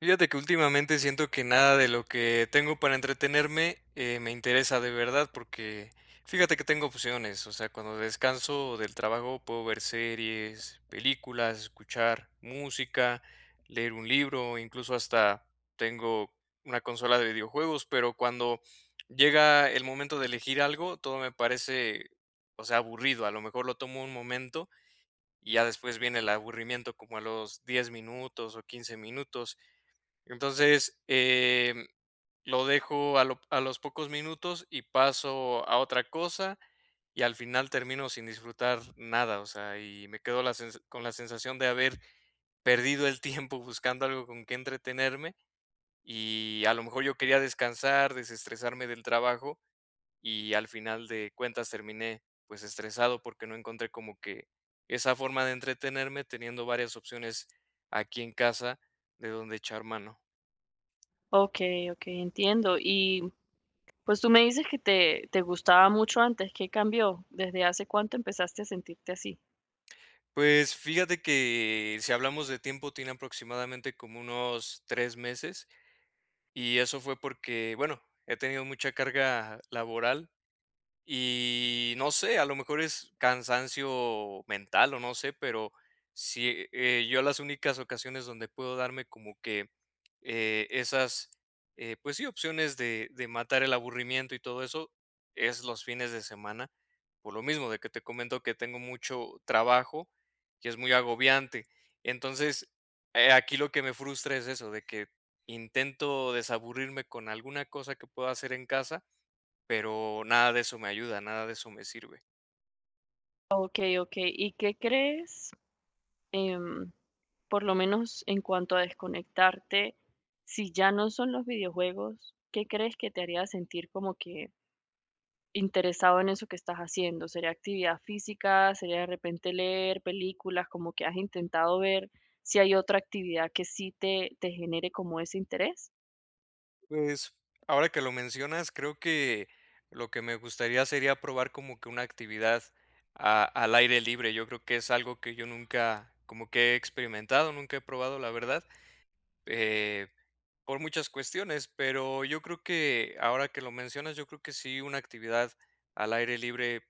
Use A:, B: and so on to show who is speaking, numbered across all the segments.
A: Fíjate que últimamente siento que nada de lo que tengo para entretenerme, me interesa de verdad, porque fíjate que tengo opciones, o sea, cuando descanso del trabajo puedo ver series, películas, escuchar música, leer un libro, incluso hasta tengo una consola de videojuegos, pero cuando llega el momento de elegir algo, todo me parece, o sea, aburrido, a lo mejor lo tomo un momento y ya después viene el aburrimiento como a los 10 minutos o 15 minutos. Entonces, lo dejo a los pocos minutos y paso a otra cosa y al final termino sin disfrutar nada, o sea, y me quedo con la sensación de haber perdido el tiempo buscando algo con que entretenerme y a lo mejor yo quería descansar, desestresarme del trabajo y al final de cuentas terminé pues estresado porque no encontré como que esa forma de entretenerme teniendo varias opciones aquí en casa de donde echar mano.
B: Okey, okey, entiendo. Y, pues, tú me dices que te gustaba mucho antes, ¿qué cambió? ¿Desde hace cuánto empezaste a sentirte así?
A: Pues fíjate que si hablamos de tiempo, tiene aproximadamente como unos 3 meses, y eso fue porque, bueno, he tenido mucha carga laboral. Y no sé, a lo mejor es cansancio mental o no sé, pero sí, yo las únicas ocasiones donde puedo darme como que eh, esas, pues sí, opciones de matar el aburrimiento y todo eso es los fines de semana, por lo mismo de que te comento que tengo mucho trabajo y es muy agobiante. Entonces, aquí lo que me frustra es eso, de que intento desaburrirme con alguna cosa que pueda hacer en casa pero nada de eso me ayuda, nada de eso me sirve.
B: Okey, okey. ¿Y qué crees, em, por lo menos en cuanto a desconectarte, si ya no son los videojuegos, qué crees que te haría sentir como que interesado en eso que estás haciendo? ¿Sería actividad física? ¿Sería de repente leer películas? Como que has intentado ver si hay otra actividad que sí te genere como ese interés.
A: Pues, ahora que lo mencionas, creo que lo que me gustaría sería probar como que una actividad a al aire libre. Yo creo que es algo que yo nunca como que he experimentado, nunca he probado, la verdad, eh, por muchas cuestiones, pero yo creo que ahora que lo mencionas, yo creo que sí una actividad al aire libre,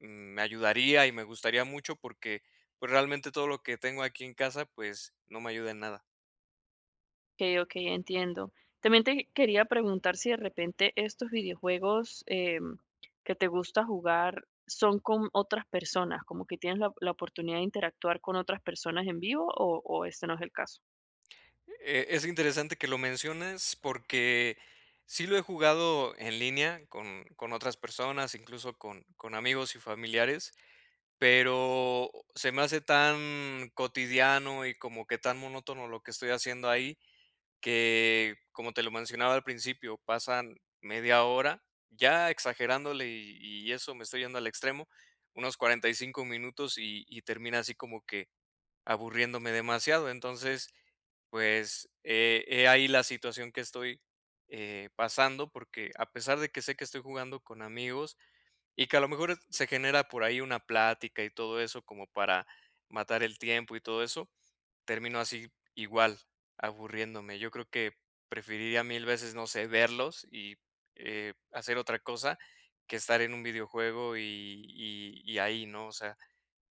A: mm, me ayudaría y me gustaría mucho porque, pues, realmente todo lo que tengo aquí en casa, pues, no me ayuda en nada.
B: Okey, okey, entiendo. También te quería preguntar si de repente estos videojuegos, que te gusta jugar son con otras personas, como que tienes la oportunidad de interactuar con otras personas en vivo, o este no es el caso.
A: Es interesante que lo menciones porque sí lo he jugado en línea con otras personas, incluso con amigos y familiares, pero se me hace tan cotidiano y como que tan monótono lo que estoy haciendo ahí que, como te lo mencionaba al principio, pasan media hora, ya exagerándole y eso me estoy yendo al extremo, unos 45 minutos y termina así como que aburriéndome demasiado. Entonces, pues, he ahí la situación que estoy pasando, porque a pesar de que sé que estoy jugando con amigos y que a lo mejor se genera por ahí una plática y todo eso como para matar el tiempo y todo eso, termino así igual, aburriéndome. Yo creo que preferiría mil veces, no sé, verlos y hacer otra cosa que estar en un videojuego y ahí, ¿no? O sea,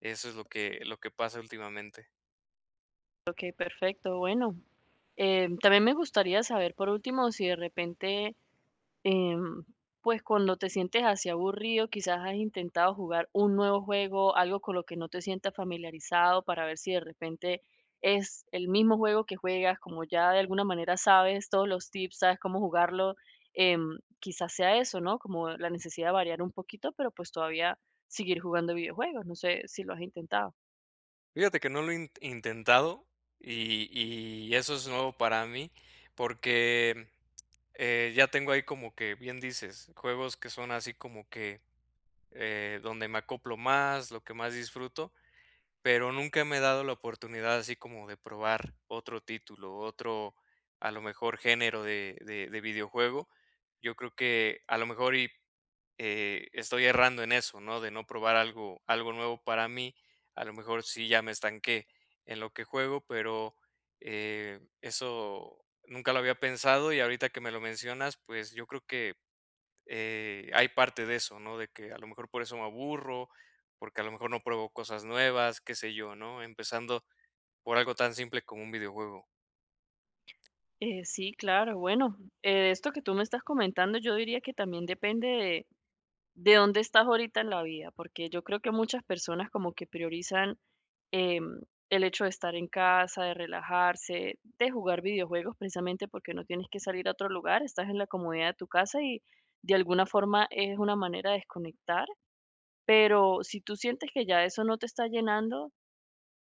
A: eso es lo que pasa últimamente.
B: Okey, perfecto. Bueno, también me gustaría saber, por último, si de repente Em, pues cuando te sientes así aburrido, quizás has intentado jugar un nuevo juego, algo con lo que no te sientas familiarizado para ver si de repente es el mismo juego que juegas, como ya de alguna manera sabes todos los tips, sabes cómo jugarlo, quizás sea eso, ¿no? Como la necesidad de variar un poquito, pero pues todavía seguir jugando videojuegos, no sé si lo has intentado.
A: Fíjate que no lo he in intentado y eso es nuevo para mí, porque, ya tengo ahí como que, bien dices, juegos que son así como que, donde me acoplo más, lo que más disfruto pero nunca me he dado la oportunidad así como de probar otro título, otro, a lo mejor, género de videojuego. Yo creo que a lo mejor estoy errando en eso, ¿no? De no probar algo nuevo para mí. A lo mejor sí ya me estanqué en lo que juego, pero, eso nunca lo había pensado y ahorita que me lo mencionas, pues, yo creo que hay parte de eso, ¿no? De que a lo mejor por eso me aburro, porque a lo mejor no pruebo cosas nuevas, qué sé yo, ¿no? Empezando por algo tan simple como un videojuego.
B: Sí, claro, bueno, de esto que tú me estás comentando, yo diría que también depende de ¿de dónde estás ahorita en la vida? Porque yo creo que muchas personas como que priorizan em, el hecho de estar en casa, de relajarse, de jugar videojuegos, precisamente porque no tienes que salir a otro lugar, estás en la comodidad de tu casa y de alguna forma es una manera de desconectar, pero si tú sientes que ya eso no te está llenando,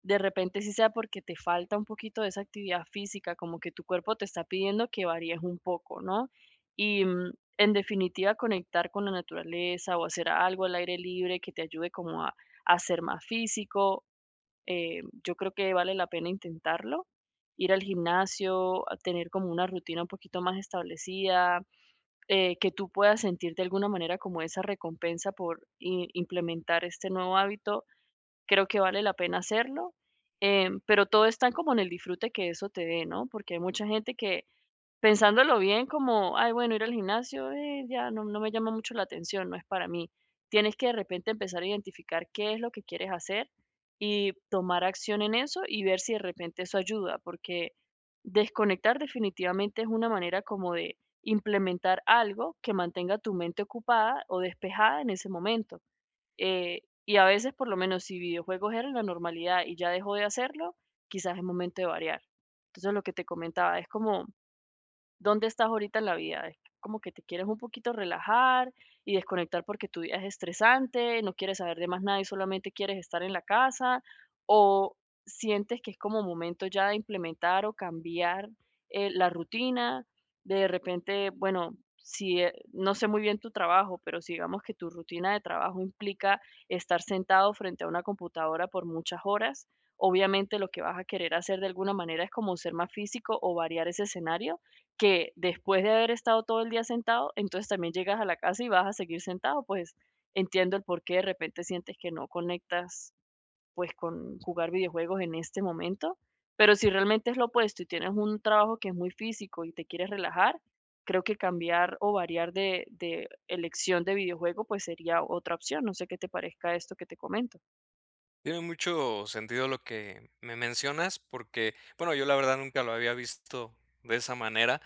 B: de repente sí sea porque te falta un poquito de esa actividad física, como que tu cuerpo te está pidiendo que varíes un poco, ¿no? Y, en definitiva, conectar con la naturaleza o hacer algo al aire libre que te ayude como a ser más físico, yo creo que vale la pena intentarlo, ir al gimnasio, a tener como una rutina un poquito más establecida, que tú puedas sentir de alguna manera como esa recompensa por i implementar este nuevo hábito. Creo que vale la pena hacerlo, pero todo está como en el disfrute que eso te dé, ¿no? Porque hay mucha gente que pensándolo bien, como, ay, bueno, ir al gimnasio, ya no, no me llama mucho la atención, no es para mí. Tienes que de repente empezar a identificar qué es lo que quieres hacer y tomar acción en eso y ver si de repente eso ayuda, porque desconectar definitivamente es una manera como de implementar algo que mantenga tu mente ocupada o despejada en ese momento. Y a veces, por lo menos, si videojuegos eran la normalidad y ya dejó de hacerlo, quizás es momento de variar. Entonces, lo que te comentaba es como ¿dónde estás ahorita en la vida? Es como que te quieres un poquito relajar y desconectar porque tu día es estresante, no quieres saber de más nada y solamente quieres estar en la casa, o sientes que es como momento ya de implementar o cambiar la rutina, de repente, bueno, si no sé muy bien tu trabajo, pero si digamos que tu rutina de trabajo implica estar sentado frente a una computadora por muchas horas, obviamente lo que vas a querer hacer de alguna manera es como ser más físico o variar ese escenario, que después de haber estado todo el día sentado, entonces también llegas a la casa y vas a seguir sentado, pues entiendo el por qué de repente sientes que no conectas pues con jugar videojuegos en este momento, pero si realmente es lo opuesto y tienes un trabajo que es muy físico y te quieres relajar, creo que cambiar o variar de elección de videojuego pues sería otra opción. No sé qué te parezca esto que te comento.
A: Tiene mucho sentido lo que me mencionas, porque, bueno, yo la verdad nunca lo había visto de esa manera.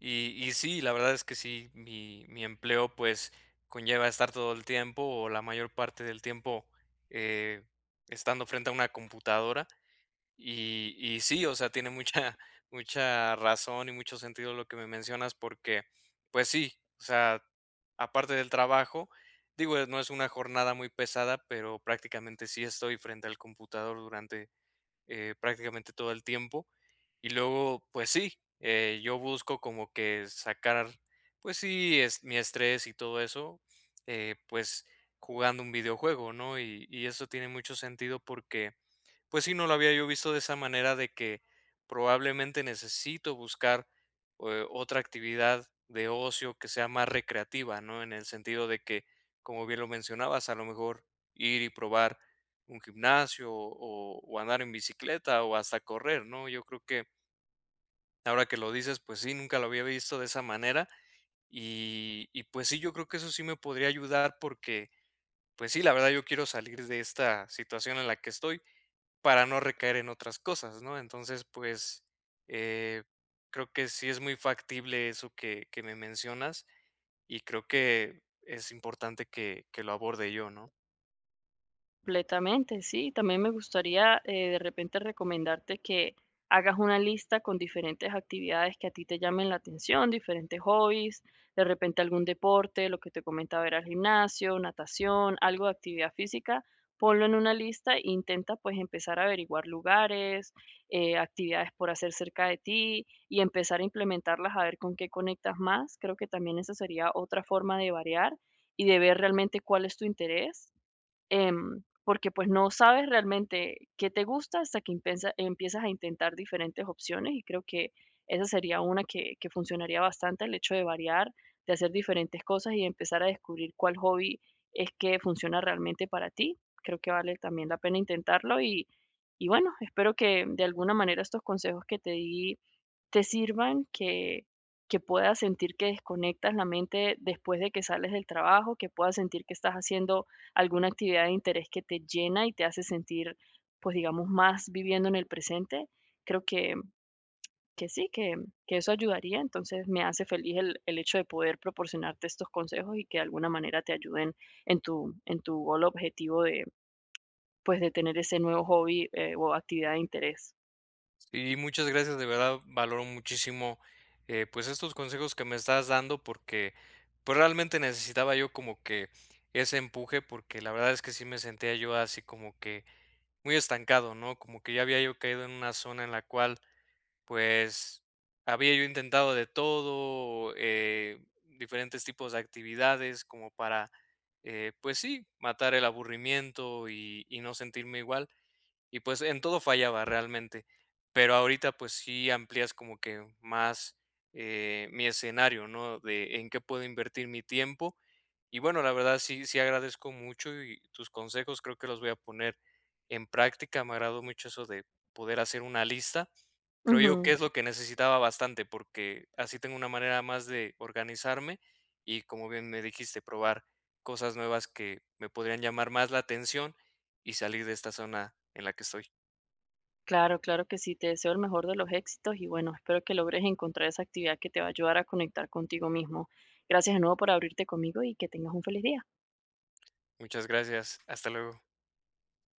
A: Y sí, la verdad es que sí, mi empleo pues conlleva estar todo el tiempo o la mayor parte del tiempo eh, estando frente a una computadora. Y sí, o sea, tiene mucha mucha razón y mucho sentido lo que me mencionas porque, pues sí, o sea, aparte del trabajo, digo, no es una jornada muy pesada, pero prácticamente sí estoy frente al computador durante, prácticamente todo el tiempo. Y luego, pues sí, yo busco como que sacar, pues sí, es mi estrés y todo eso, pues jugando un videojuego, ¿no? Y eso tiene mucho sentido porque pues sí, no lo había yo visto de esa manera de que probablemente necesito buscar, otra actividad de ocio que sea más recreativa, ¿no? En el sentido de que, como bien lo mencionabas, a lo mejor ir y probar un gimnasio o andar en bicicleta o hasta correr, ¿no? Yo creo que ahora que lo dices, pues sí, nunca lo había visto de esa manera y pues sí, yo creo que eso sí me podría ayudar porque, pues sí, la verdad yo quiero salir de esta situación en la que estoy para no recaer en otras cosas, ¿no? Entonces, pues, eh, creo que sí es muy factible eso que me mencionas, y creo que es importante que lo aborde yo, ¿no?
B: Completamente, sí. También me gustaría, de repente recomendarte que hagas una lista con diferentes actividades que a ti te llamen la atención, diferentes hobbies, de repente algún deporte, lo que te comentaba era el gimnasio, natación, algo de actividad física. Ponlo en una lista e intenta pues empezar a averiguar lugares, actividades por hacer cerca de ti y empezar a implementarlas a ver con qué conectas más. Creo que también esa sería otra forma de variar y de ver realmente cuál es tu interés, porque pues no sabes realmente qué te gusta hasta que empiezas a intentar diferentes opciones y creo que esa sería una que funcionaría bastante, el hecho de variar, de hacer diferentes cosas y empezar a descubrir cuál hobby es que funciona realmente para ti. Creo que vale también la pena intentarlo. Y, y bueno, espero que de alguna manera estos consejos que te di te sirvan, que puedas sentir que desconectas la mente después de que sales del trabajo, que puedas sentir que estás haciendo alguna actividad de interés que te llena y te hace sentir, pues digamos, más viviendo en el presente. Creo que sí, que eso ayudaría. Entonces me hace feliz el hecho de poder proporcionarte estos consejos y que de alguna manera te ayuden en tu gol objetivo de, pues, de tener ese nuevo hobby, o actividad de interés.
A: Y muchas gracias, de verdad valoro muchísimo, pues, estos consejos que me estás dando porque, pues, realmente necesitaba yo como que ese empuje, porque la verdad es que sí me sentía yo así como que muy estancado, ¿no? Como que ya había yo caído en una zona en la cual pues, había yo intentado de todo, diferentes tipos de actividades como para, pues sí, matar el aburrimiento y no sentirme igual, y pues en todo fallaba realmente. Pero ahorita, pues sí amplías como que más, mi escenario, ¿no? De en qué puedo invertir mi tiempo. Y bueno, la verdad sí agradezco mucho y tus consejos creo que los voy a poner en práctica. Me agradó mucho eso de poder hacer una lista. Creo yo que
B: Ujú.
A: es lo que necesitaba bastante, porque así tengo una manera más de organizarme y, como bien me dijiste, probar cosas nuevas que me podrían llamar más la atención y salir de esta zona en la que estoy.
B: Claro, claro que sí, te deseo el mejor de los éxitos y bueno, espero que logres encontrar esa actividad que te va a ayudar a conectar contigo mismo. Gracias de nuevo por abrirte conmigo y que tengas un feliz día.
A: Muchas gracias. Hasta luego.